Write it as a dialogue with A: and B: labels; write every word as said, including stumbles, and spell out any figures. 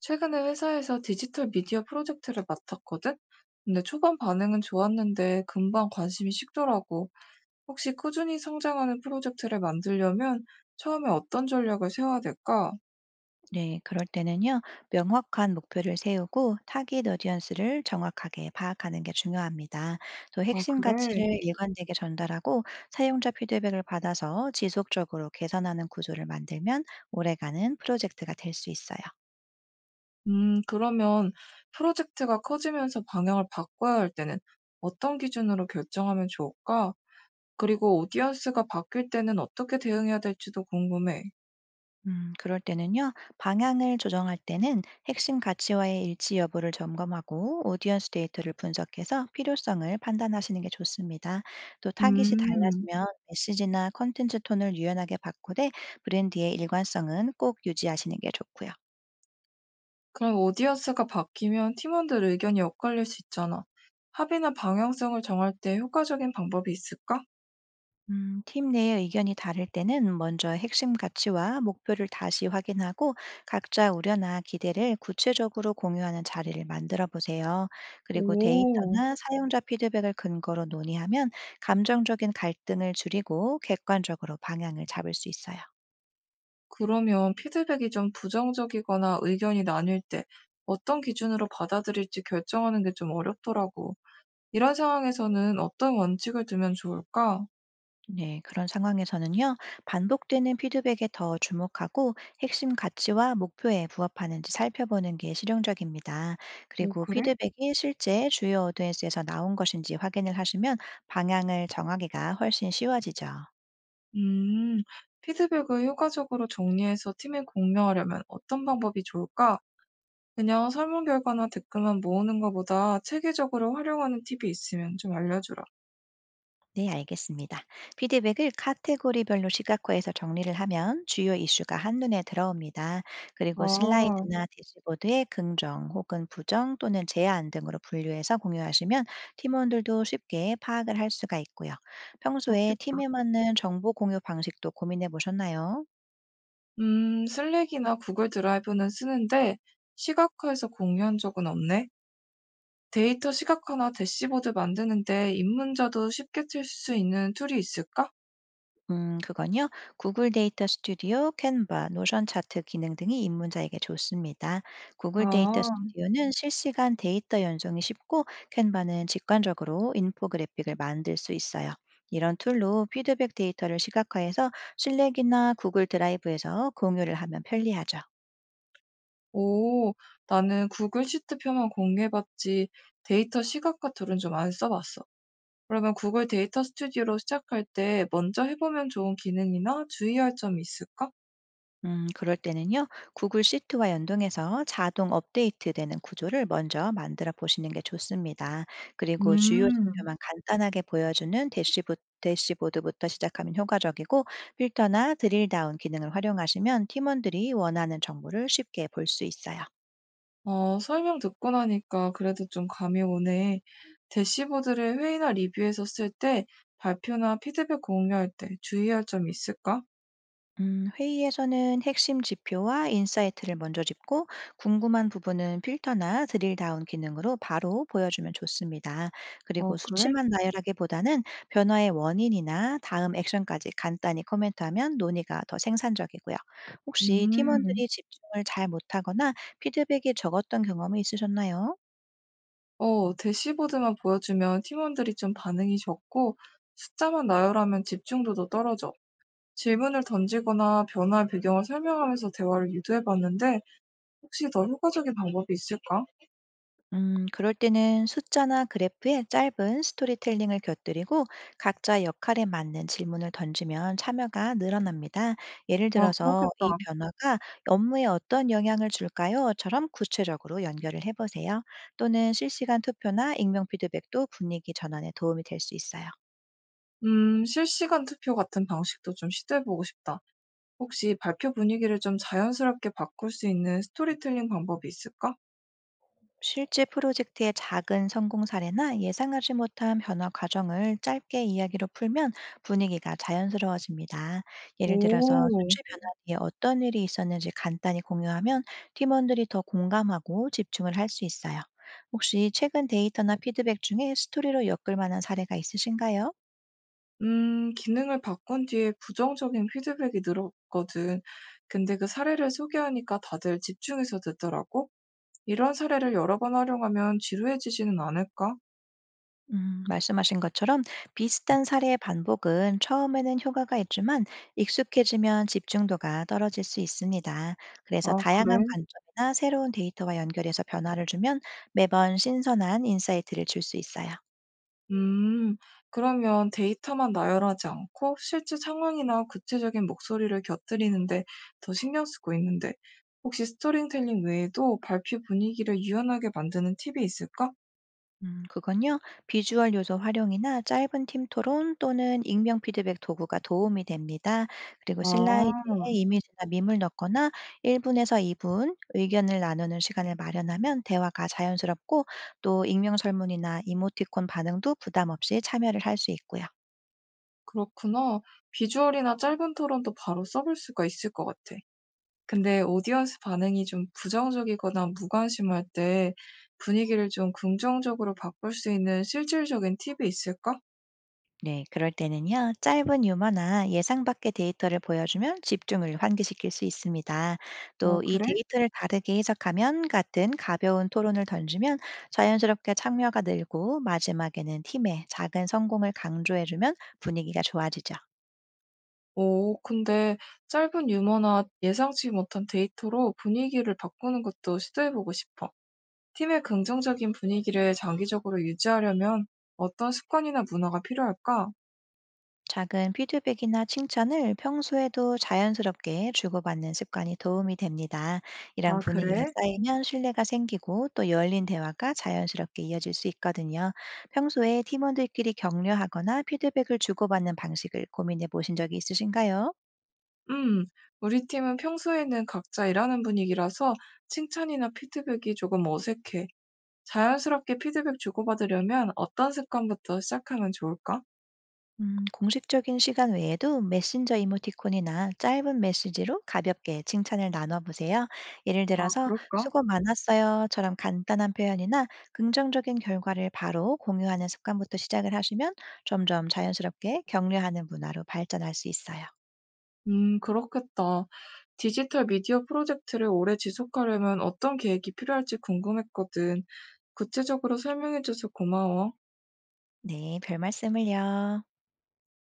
A: 최근에 회사에서 디지털 미디어 프로젝트를 맡았거든? 근데 초반 반응은 좋았는데 금방 관심이 식더라고. 혹시 꾸준히 성장하는 프로젝트를 만들려면 처음에 어떤 전략을 세워야 될까?
B: 네, 그럴 때는요, 명확한 목표를 세우고 타깃 어디언스를 정확하게 파악하는 게 중요합니다. 또
A: 아,
B: 핵심
A: 그래.
B: 가치를 일관되게 전달하고 사용자 피드백을 받아서 지속적으로 개선하는 구조를 만들면 오래가는 프로젝트가 될 수 있어요.
A: 음, 그러면 프로젝트가 커지면서 방향을 바꿔야 할 때는 어떤 기준으로 결정하면 좋을까? 그리고 오디언스가 바뀔 때는 어떻게 대응해야 될지도 궁금해.
B: 음, 그럴 때는요, 방향을 조정할 때는 핵심 가치와의 일치 여부를 점검하고 오디언스 데이터를 분석해서 필요성을 판단하시는 게 좋습니다. 또 타깃이
A: 음.
B: 달라지면 메시지나 컨텐츠 톤을 유연하게 바꾸되 브랜드의 일관성은 꼭 유지하시는 게 좋고요.
A: 그럼 오디언스가 바뀌면 팀원들 의견이 엇갈릴 수 있잖아. 합의나 방향성을 정할 때 효과적인 방법이 있을까?
B: 음, 팀 내의 의견이 다를 때는 먼저 핵심 가치와 목표를 다시 확인하고 각자 우려나 기대를 구체적으로 공유하는 자리를 만들어 보세요. 그리고
A: 오,
B: 데이터나 사용자 피드백을 근거로 논의하면 감정적인 갈등을 줄이고 객관적으로 방향을 잡을 수 있어요.
A: 그러면 피드백이 좀 부정적이거나 의견이 나뉠 때 어떤 기준으로 받아들일지 결정하는 게 좀 어렵더라고. 이런 상황에서는 어떤 원칙을 두면 좋을까?
B: 네, 그런 상황에서는요, 반복되는 피드백에 더 주목하고 핵심 가치와 목표에 부합하는지 살펴보는 게 실용적입니다.
A: 오,
B: 그리고
A: 그래?
B: 피드백이 실제 주요 어드에스에서 나온 것인지 확인을 하시면 방향을 정하기가 훨씬 쉬워지죠.
A: 음, 피드백을 효과적으로 정리해서 팀에 공유하려면 어떤 방법이 좋을까? 그냥 설문 결과나 댓글만 모으는 것보다 체계적으로 활용하는 팁이 있으면 좀 알려주라.
B: 네, 알겠습니다. 피드백을 카테고리별로 시각화해서 정리를 하면 주요 이슈가 한눈에 들어옵니다. 그리고
A: 아,
B: 슬라이드나 대시보드에 긍정 혹은 부정 또는 제안 등으로 분류해서 공유하시면 팀원들도 쉽게 파악을 할 수가 있고요. 평소에
A: 그렇겠다.
B: 팀에 맞는 정보 공유 방식도 고민해 보셨나요?
A: 음, 슬랙이나 구글 드라이브는 쓰는데 시각화해서 공유한 적은 없네. 데이터 시각화나 대시보드 만드는데 입문자도 쉽게 쓸 수 있는 툴이 있을까?
B: 음, 그건요. 구글 데이터 스튜디오, 캔바, 노션 차트 기능 등이 입문자에게 좋습니다. 구글 데이터
A: 아,
B: 스튜디오는 실시간 데이터 연동이 쉽고, 캔바는 직관적으로 인포그래픽을 만들 수 있어요. 이런 툴로 피드백 데이터를 시각화해서 실랙이나 구글 드라이브에서 공유를 하면 편리하죠.
A: 오, 나는 구글 시트표만 공유해봤지 데이터 시각화 툴은 좀 안 써봤어. 그러면 구글 데이터 스튜디오로 시작할 때 먼저 해보면 좋은 기능이나 주의할 점이 있을까?
B: 음, 그럴 때는요, 구글 시트와 연동해서 자동 업데이트되는 구조를 먼저 만들어 보시는 게 좋습니다. 그리고 주요
A: 음,
B: 지표만 간단하게 보여주는 대시보, 대시보드부터 시작하면 효과적이고, 필터나 드릴다운 기능을 활용하시면 팀원들이 원하는 정보를 쉽게 볼 수 있어요.
A: 어, 설명 듣고 나니까 그래도 좀 감이 오네. 대시보드를 회의나 리뷰에서 쓸 때 발표나 피드백 공유할 때 주의할 점이 있을까?
B: 음, 회의에서는 핵심 지표와 인사이트를 먼저 짚고 궁금한 부분은 필터나 드릴다운 기능으로 바로 보여주면 좋습니다.
A: 어,
B: 그리고
A: 그래?
B: 수치만 나열하기보다는 변화의 원인이나 다음 액션까지 간단히 코멘트하면 논의가 더 생산적이고요. 혹시
A: 음,
B: 팀원들이 집중을 잘 못하거나 피드백이 적었던 경험이 있으셨나요?
A: 어, 대시보드만 보여주면 팀원들이 좀 반응이 적고 숫자만 나열하면 집중도도 떨어져. 질문을 던지거나 변화 배경을 설명하면서 대화를 유도해봤는데 혹시 더 효과적인 방법이 있을까?
B: 음, 그럴 때는 숫자나 그래프에 짧은 스토리텔링을 곁들이고 각자 역할에 맞는 질문을 던지면 참여가 늘어납니다. 예를
A: 아,
B: 들어서 이
A: 그렇겠다.
B: 변화가 업무에 어떤 영향을 줄까요?처럼 구체적으로 연결을 해보세요. 또는 실시간 투표나 익명 피드백도 분위기 전환에 도움이 될 수 있어요.
A: 음, 실시간 투표 같은 방식도 좀 시도해보고 싶다. 혹시 발표 분위기를 좀 자연스럽게 바꿀 수 있는 스토리텔링 방법이 있을까?
B: 실제 프로젝트의 작은 성공 사례나 예상하지 못한 변화 과정을 짧게 이야기로 풀면 분위기가 자연스러워집니다. 예를 들어서
A: 오,
B: 수치 변화 뒤에 어떤 일이 있었는지 간단히 공유하면 팀원들이 더 공감하고 집중을 할 수 있어요. 혹시 최근 데이터나 피드백 중에 스토리로 엮을 만한 사례가 있으신가요?
A: 음, 기능을 바꾼 뒤에 부정적인 피드백이 늘었거든. 근데 그 사례를 소개하니까 다들 집중해서 듣더라고. 이런 사례를 여러 번 활용하면 지루해지지는 않을까?
B: 음, 말씀하신 것처럼 비슷한 사례의 반복은 처음에는 효과가 있지만 익숙해지면 집중도가 떨어질 수 있습니다. 그래서
A: 아,
B: 다양한
A: 그래.
B: 관점이나 새로운 데이터와 연결해서 변화를 주면 매번 신선한 인사이트를 줄 수 있어요.
A: 음, 그러면 데이터만 나열하지 않고 실제 상황이나 구체적인 목소리를 곁들이는데 더 신경 쓰고 있는데, 혹시 스토리텔링 외에도 발표 분위기를 유연하게 만드는 팁이 있을까?
B: 음, 그건요, 비주얼 요소 활용이나 짧은 팀 토론 또는 익명 피드백 도구가 도움이 됩니다. 그리고
A: 아,
B: 슬라이드에 이미지나 밈을 넣거나 일 분에서 이 분 의견을 나누는 시간을 마련하면 대화가 자연스럽고 또 익명 설문이나 이모티콘 반응도 부담 없이 참여를 할 수 있고요.
A: 그렇구나. 비주얼이나 짧은 토론도 바로 써볼 수가 있을 것 같아. 근데 오디언스 반응이 좀 부정적이거나 무관심할 때 분위기를 좀 긍정적으로 바꿀 수 있는 실질적인 팁이 있을까?
B: 네, 그럴 때는요, 짧은 유머나 예상 밖의 데이터를 보여주면 집중을 환기시킬 수 있습니다.
A: 아,
B: 또 이
A: 그래?
B: 데이터를 다르게 해석하면 같은 가벼운 토론을 던지면 자연스럽게 참여가 늘고 마지막에는 팀의 작은 성공을 강조해주면 분위기가 좋아지죠.
A: 오, 근데 짧은 유머나 예상치 못한 데이터로 분위기를 바꾸는 것도 시도해보고 싶어. 팀의 긍정적인 분위기를 장기적으로 유지하려면 어떤 습관이나 문화가 필요할까?
B: 작은 피드백이나 칭찬을 평소에도 자연스럽게 주고받는 습관이 도움이 됩니다. 이런
A: 아,
B: 분위기가
A: 그래?
B: 쌓이면 신뢰가 생기고 또 열린 대화가 자연스럽게 이어질 수 있거든요. 평소에 팀원들끼리 격려하거나 피드백을 주고받는 방식을 고민해 보신 적이 있으신가요?
A: 음, 우리 팀은 평소에는 각자 일하는 분위기라서 칭찬이나 피드백이 조금 어색해. 자연스럽게 피드백 주고받으려면 어떤 습관부터 시작하면 좋을까?
B: 음, 공식적인 시간 외에도 메신저 이모티콘이나 짧은 메시지로 가볍게 칭찬을 나눠보세요. 예를
A: 아,
B: 들어서,
A: 그럴까?
B: 수고 많았어요처럼 간단한 표현이나 긍정적인 결과를 바로 공유하는 습관부터 시작을 하시면 점점 자연스럽게 격려하는 문화로 발전할 수 있어요.
A: 음, 그렇겠다. 디지털 미디어 프로젝트를 오래 지속하려면 어떤 계획이 필요할지 궁금했거든. 구체적으로 설명해줘서 고마워.
B: 네, 별 말씀을요.